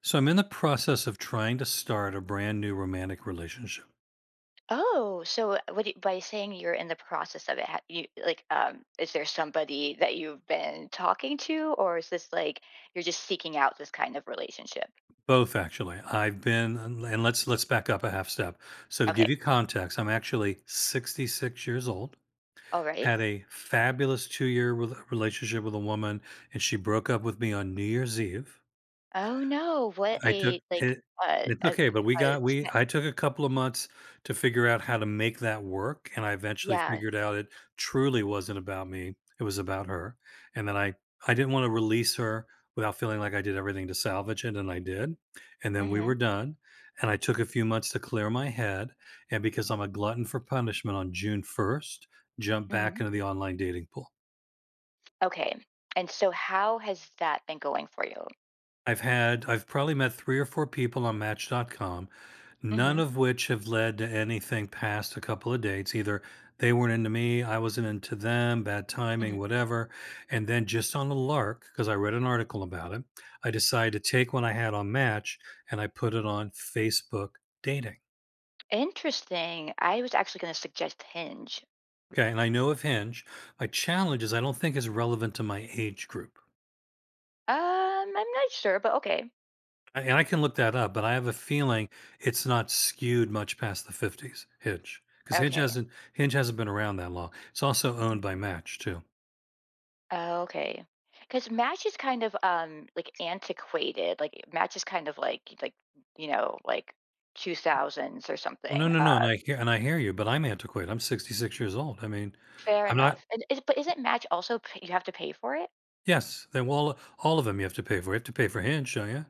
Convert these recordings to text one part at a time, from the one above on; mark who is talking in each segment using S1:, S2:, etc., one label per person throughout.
S1: So I'm in the process of trying to start a brand new romantic relationship.
S2: Oh, so what do you, by saying you're in the process of it, you like is there somebody that you've been talking to or is this like you're just seeking out this kind of relationship?
S1: Both actually. I've been and let's back up a half step. So to
S2: Okay.
S1: give you context, I'm actually 66 years old.
S2: All right.
S1: Had a fabulous 2-year relationship with a woman, and she broke up with me on New Year's Eve.
S2: Oh no, what
S1: I took
S2: a like
S1: it It's
S2: a
S1: okay, but we
S2: a
S1: got we
S2: sna-
S1: I took a couple of months to figure out how to make that work, and I eventually
S2: yeah.
S1: figured out it truly wasn't about me, it was about her. And then I didn't wanna release her without feeling like I did everything to salvage it, and I did, and then we were
S2: Mhm.
S1: done. And I took a few months to clear my head, and because I'm a glutton for punishment, on June 1st, jumped back
S2: Mhm.
S1: into the online dating pool.
S2: Okay. And so how has that been going for you?
S1: I've probably met 3 or 4 people on Match.com. None
S2: Mhm.
S1: of which have led to anything past a couple of dates. Either they weren't into me, I wasn't into them, bad timing,
S2: Mhm.
S1: whatever. And then just on a lark, because I read an article about it, I decided to take what I had on Match and I put it on Facebook dating.
S2: Interesting. I was actually going to suggest Hinge.
S1: Okay. And I know of Hinge. My challenge is I don't think it's relevant to my age group.
S2: Um, I'm not sure, but okay.
S1: And I can look that up, but I have a feeling it's not skewed much past the 50s, Hinge. Because
S2: Okay.
S1: Hinge hasn't been around that long. It's also owned by Match too.
S2: Oh, okay. Because Match is kind of like antiquated. Like Match is kind of like like two thousands or
S1: Well, no,
S2: something.
S1: no, no, and I hear you, but I'm antiquated. I'm 66 years old. I mean,
S2: Fair
S1: I'm not
S2: enough. But isn't Match also you have to pay for it?
S1: yes, then well, all of them you have to pay for. You have to pay for Hinge, don't you?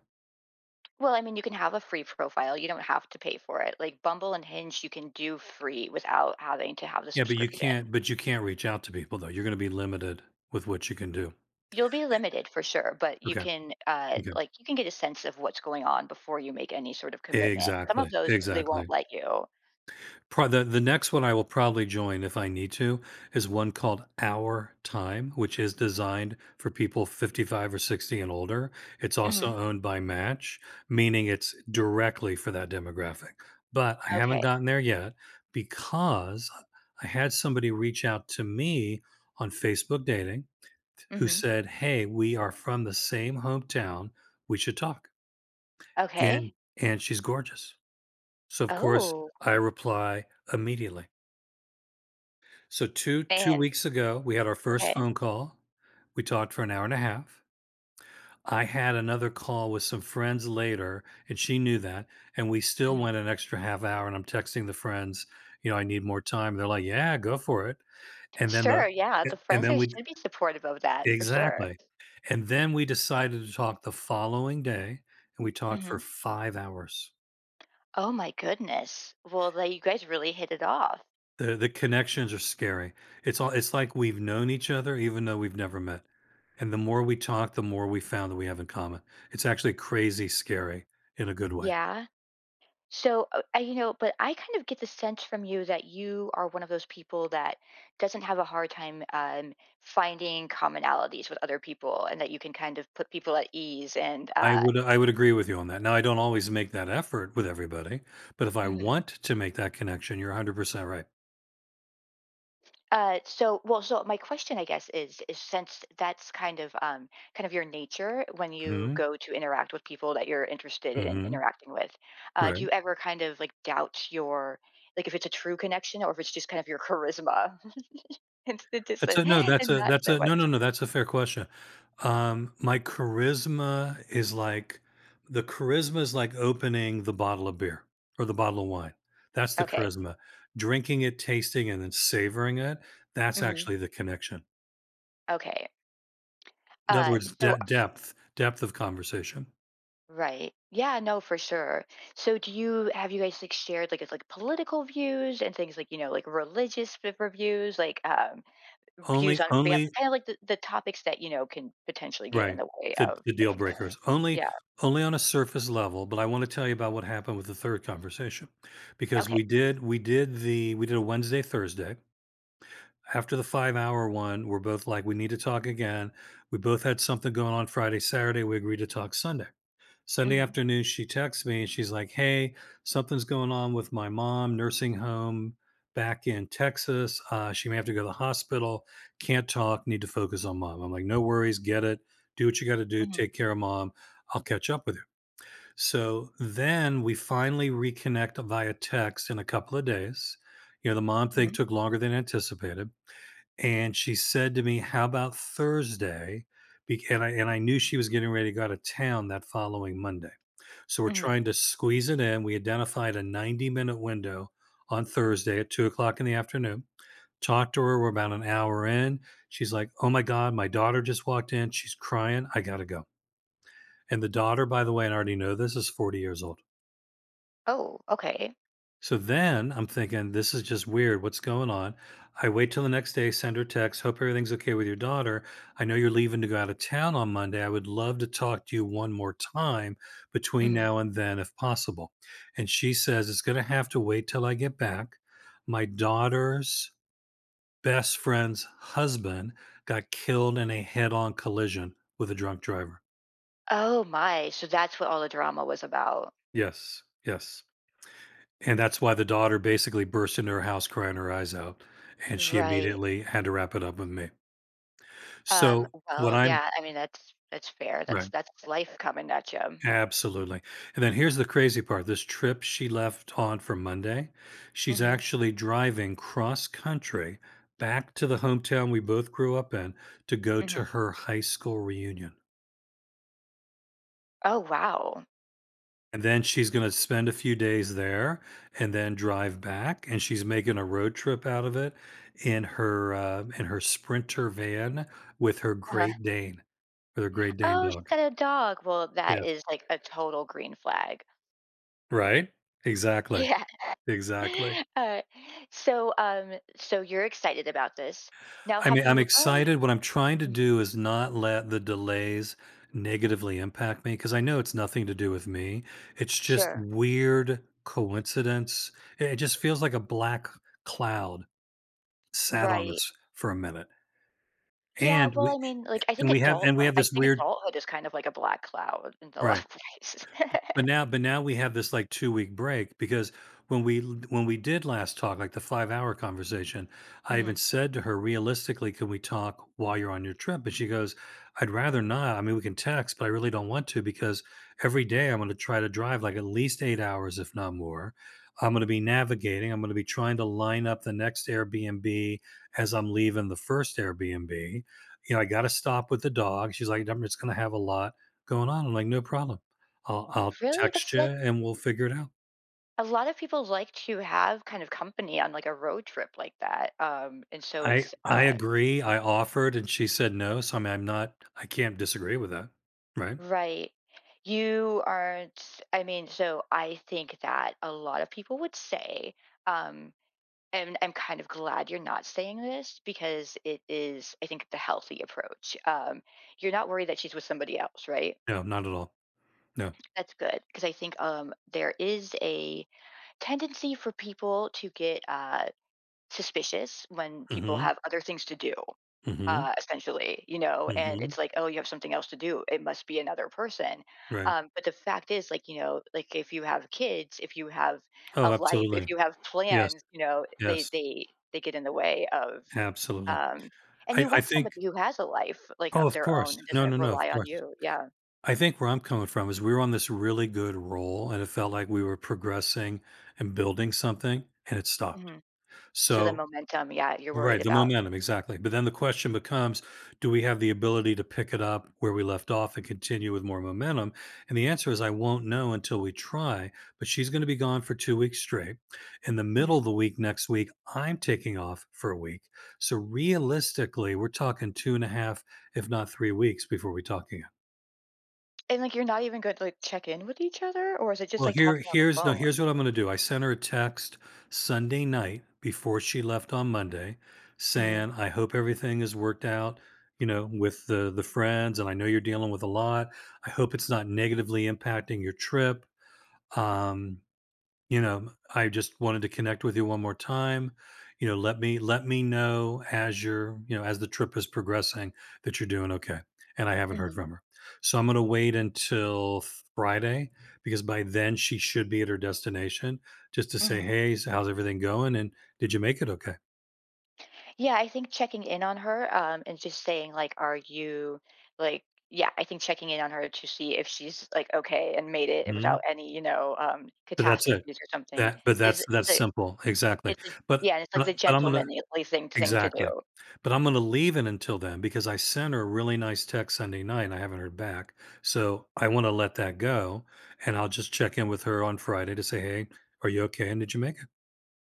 S2: Well, I mean, you can have a free profile. You don't have to pay for it. Like Bumble and Hinge, you can do free without having to have the
S1: Yeah, but
S2: subscription.
S1: you can't reach out to people though. You're gonna be limited with what you can do.
S2: You'll be limited for sure, but you
S1: Okay.
S2: can
S1: Okay.
S2: like you can get a sense of what's going on before you make any sort of commitment. Some of
S1: Exactly.
S2: those they won't
S1: Exactly.
S2: let you.
S1: Pro The next one I will probably join if I need to is one called Our Time, which is designed for people 55 or 60 and older. It's
S2: Hmm.
S1: also owned by Match, meaning it's directly for that demographic. But I haven't
S2: Okay.
S1: gotten there yet because I had somebody reach out to me on Facebook Dating who
S2: Hmm.
S1: said, "Hey, we are from the same hometown. We should talk."
S2: Okay.
S1: And she's gorgeous. So, of course,
S2: Oh,
S1: I reply immediately. So 2
S2: man.
S1: weeks ago, we had our first
S2: Okay.
S1: phone call. We talked for an hour and a half. I had another call with some friends later, and she knew that, and we still
S2: Mhm.
S1: went an extra half hour, and I'm texting the friends, you know, "I need more time." They're like, "Yeah, go for it." And then the
S2: Sure, yeah, the
S1: and
S2: friends,
S1: then
S2: they
S1: we
S2: should be supportive of that for sure.
S1: Exactly. And then we decided to talk the following day, and we talked for
S2: Mhm.
S1: 5 hours.
S2: Oh my goodness. Well, like, you guys really hit it off.
S1: The connections are scary. It's like we've known each other even though we've never met. And the more we talk, the more we found that we have in common. It's actually crazy scary, in a good way.
S2: Yeah. So, I but I kind of get the sense from you that you are one of those people that doesn't have a hard time, finding commonalities with other people and that you can kind of put people at ease,
S1: I would agree with you on that. Now, I don't always make that effort with everybody, but if I
S2: mhm.
S1: want to make that connection, you're 100% right.
S2: So my question, I guess, is since that's kind of your nature when you
S1: Mhm,
S2: go to interact with people that you're interested in
S1: mhm,
S2: interacting with, do
S1: right.
S2: you ever kind of like doubt your like if it's a true connection or if it's just kind of your charisma and the
S1: That's
S2: distance
S1: a no, that's
S2: and
S1: a
S2: not
S1: that's
S2: so
S1: a
S2: much?
S1: no, no, no, that's a fair question. My charisma is like, the charisma is like opening the bottle of beer or the bottle of wine. That's the
S2: Okay.
S1: charisma. Drinking it, tasting, and then savoring it, that's
S2: Hmm.
S1: actually the connection.
S2: Okay.
S1: In other
S2: Uh,
S1: words,
S2: so
S1: de depth, depth of conversation.
S2: right. Yeah, no, for sure. So do you have you guys like shared like it's like political views and things like, you know, like religious reviews, like views on fam
S1: Only
S2: kinda like the topics that, you know, can potentially get in
S1: right,
S2: the way
S1: the
S2: of
S1: deal
S2: things.
S1: breakers. Only
S2: Yeah,
S1: only on a surface level, but I want to tell you about what happened with the third conversation. Because
S2: okay.
S1: we did a Wednesday, Thursday. After the 5 hour one, we're both like, "We need to talk again." We both had something going on Friday, Saturday, we agreed to talk Sunday. Sunday
S2: Mhm,
S1: afternoon, she texts me and she's like, "Hey, something's going on with my mom, nursing home back in Texas. She may have to go to the hospital. Can't talk, need to focus on mom." I'm like, "No worries, get it. Do what you gotta do,
S2: mhm,
S1: take care of mom. I'll catch up with you." So then we finally reconnect via text in a couple of days. You know, the mom thing
S2: mhm,
S1: took longer than anticipated, and she said to me, "How about Thursday?" And I knew she was getting ready to go out of town that following Monday, so we're
S2: mhm.
S1: trying to squeeze it in. We identified a 90-minute window on Thursday at 2 o'clock in the afternoon. Talked to her. We're about an hour in. She's like, "Oh my God, my daughter just walked in. She's crying. I gotta go." And the daughter, by the way, and I already know this, is 40 years old.
S2: Oh, okay.
S1: So then I'm thinking, this is just weird. What's going on? I wait till the next day, send her text. Hope everything's okay with your daughter. I know you're leaving to go out of town on Monday. I would love to talk to you one more time between
S2: Mhm.
S1: now and then, if possible. And she says, it's going to have to wait till I get back. My daughter's best friend's husband got killed in a head on collision with a drunk driver.
S2: Oh my, so that's what all the drama was about.
S1: Yes. Yes. And that's why the daughter basically burst into her house crying her eyes out, and she
S2: Right.
S1: immediately had to wrap it up with me. So, when
S2: Well,
S1: I'm
S2: yeah, I mean, that's fair.
S1: Right,
S2: That's life coming at ya.
S1: absolutely. And then here's the crazy part, this trip she left on for Monday, she's
S2: Mhm,
S1: actually driving cross country back to the hometown we both grew up in to go
S2: mhm.
S1: to her high school reunion.
S2: Oh, wow.
S1: And then she's gonna spend a few days there and then drive back, and she's making a road trip out of it in her Sprinter van with her
S2: Uh-huh.
S1: Great Dane with her Great Dane
S2: "Oh, she's
S1: dog.
S2: got a dog." Well, that
S1: Yes.
S2: is, like, a total green flag.
S1: Right? Exactly.
S2: Yeah.
S1: Exactly.
S2: Uh, so you're excited about this. Now,
S1: I
S2: have
S1: mean,
S2: you
S1: I'm
S2: learned?
S1: excited. What I'm trying to
S2: Mm.
S1: do is not let the delays negatively impact me, because I know it's nothing to do with me. It's just
S2: Sure.
S1: weird coincidence. It just feels like a black cloud sat on
S2: Right.
S1: us for a minute.
S2: Yeah.
S1: And
S2: Well,
S1: we
S2: I mean, like, I think
S1: and we have and we have
S2: I
S1: this
S2: think
S1: weird.
S2: adulthood is kind of like a black cloud in a lot
S1: Right.
S2: of ways.
S1: But now we have this, like, two-week break because when we did last talk, like, the five-hour conversation, I even
S2: Hmm.
S1: said to her, "Realistically, can we talk while you're on your trip?" And she goes, "I'd rather not. I mean, we can text, but I really don't want to because every day I'm gonna try to drive, like, at least 8 hours, if not more. I'm gonna be navigating. I'm gonna be trying to line up the next Airbnb as I'm leaving the first Airbnb. You know, I gotta stop with the dog." She's like, "I'm just gonna have a lot going on." I'm like, "No problem." I'll
S2: Really,
S1: text
S2: that's
S1: you
S2: like
S1: and we'll figure it out.
S2: a lot of people like to have kind of company on like a road trip like that. And so it's
S1: I agree, I offered and she said no, so I mean, I can't disagree with that, right?
S2: right. You aren't. I mean, so I think that a lot of people would say. Um, And I'm kind of glad you're not saying this because it is, I think, the healthy approach. You're not worried that she's with somebody else, right?
S1: No, not at all. No.
S2: That's good because I think there is a tendency for people to get suspicious when people
S1: Mhm,
S2: have other things to do,
S1: mhm,
S2: essentially, you know, and
S1: mhm,
S2: it's like, oh, you have something else to do. It must be another person.
S1: right.
S2: But the fact is, like, you know, like if you have kids, if you have a
S1: Oh,
S2: life, if
S1: absolutely.
S2: you have
S1: Yes,
S2: plans, you know,
S1: yes,
S2: they get in the way of
S1: absolutely.
S2: um, and you
S1: I
S2: want
S1: think.
S2: somebody who has a life, like,
S1: Oh,
S2: of
S1: of
S2: their
S1: course.
S2: own and
S1: No, no,
S2: doesn't
S1: no, of
S2: rely on
S1: course.
S2: you. Yeah.
S1: I think where I'm coming from is we were on this really good roll and it felt like we were progressing and building something, and it stopped.
S2: Mhm. So the
S1: So
S2: momentum, yeah, you're worried
S1: right, the
S2: about.
S1: momentum, exactly. But then the question becomes, do we have the ability to pick it up where we left off and continue with more momentum? And the answer is I won't know until we try, but she's going to be gone for 2 weeks straight. In the
S2: Mhm.
S1: middle of the week next week, I'm taking off for a week. So realistically, we're talking two and a half, if not 3 weeks before we talk again.
S2: And, like, you're not even good to, like, check in with each other, or is it just,
S1: Well,
S2: like,
S1: here
S2: talking on the
S1: here's no,
S2: phone?
S1: here's what I'm gonna do. I sent her a text Sunday night before she left on Monday
S2: Mhm.
S1: saying, "I hope everything is worked out, you know, with the friends, and I know you're dealing with a lot. I hope it's not negatively impacting your trip. Um, you know, I just wanted to connect with you one more time. You know, let me know as you're, you know, as the trip is progressing, that you're doing okay. And I haven't heard
S2: Mhm.
S1: from her. So I'm going to wait until Friday, because by then she should be at her destination, just to say,
S2: Mhm.
S1: "Hey, so how's everything going and did you make it okay?"
S2: Yeah, I think checking in on her, and just saying, like, "Are you" like, yeah, I think checking in on her to see if she's, like, okay and made it without
S1: Mhm.
S2: any, you know,
S1: But that's it.
S2: catastrophes or something
S1: That's
S2: is a
S1: simple. Exactly.
S2: it's a
S1: But
S2: yeah, and it's, like, the
S1: but I'm going to
S2: gentlemanly thing to
S1: Exactly.
S2: do.
S1: But I'm gonna leave it until then because I sent her a really nice text Sunday night and I haven't heard back. So I wanna let that go, and I'll just check in with her on Friday to say, "Hey, are you okay and did you make it?"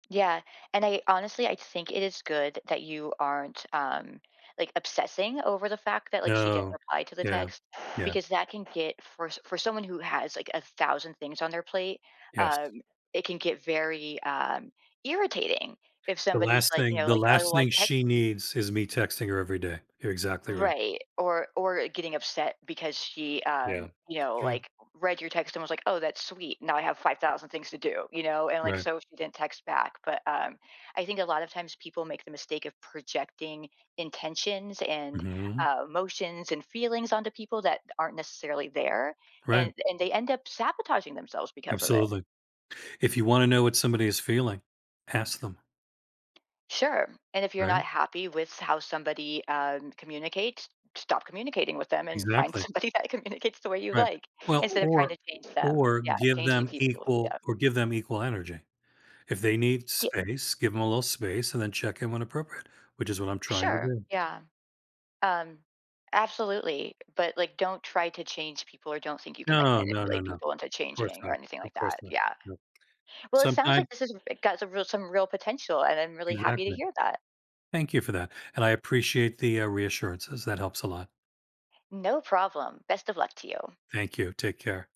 S2: Yeah. And I honestly, I think it is good that you aren't like obsessing over the fact that like she didn't
S1: No.
S2: reply to the
S1: Yeah.
S2: text
S1: Yeah.
S2: because that can get for for someone who has like a thousand things on their plate,
S1: Yes.
S2: um, it can get very irritating if somebody's like, you know,
S1: The
S2: like, oh,
S1: last
S2: well, I
S1: thing she
S2: texted you
S1: needs is me texting her every day. You're exactly right.
S2: right. Or getting upset because she
S1: Yeah.
S2: you know,
S1: That's right.
S2: like read your text and was like, "Oh, that's sweet. Now I have 5,000 things to do," you know, and like
S1: Right.
S2: so she didn't text back. But I think a lot of times people make the mistake of projecting intentions and
S1: Mhm.
S2: emotions and feelings onto people that aren't necessarily there
S1: Right.
S2: and they end up sabotaging themselves because of it.
S1: Absolutely. If you wanna know what somebody is feeling, ask them,
S2: Sure. And if you're
S1: right?
S2: not happy with how somebody communicates, stop communicating with them and find
S1: Exactly.
S2: somebody that communicates the way you
S1: Right.
S2: like
S1: Well,
S2: instead of trying to change them.
S1: or
S2: Yeah,
S1: give
S2: changing
S1: them
S2: people. Yeah.
S1: equal energy. If they need
S2: Yeah,
S1: space, give them a little space and then check in when appropriate, which is what I'm trying to
S2: sure.
S1: do.
S2: Yeah. Um, absolutely. But like, don't try to change people or don't think you can like
S1: No, no, no,
S2: manipulate
S1: no. Of
S2: people into
S1: course
S2: changing or
S1: not.
S2: anything
S1: Of
S2: like
S1: course
S2: that.
S1: not.
S2: Yeah.
S1: No.
S2: Well, it sounds
S1: Sometimes
S2: like this has got some real potential, and I'm really happy to
S1: exactly.
S2: hear that.
S1: Thank you for that, and I appreciate the, reassurances. That helps a lot.
S2: No problem. Best of luck to you.
S1: Thank you. Take care.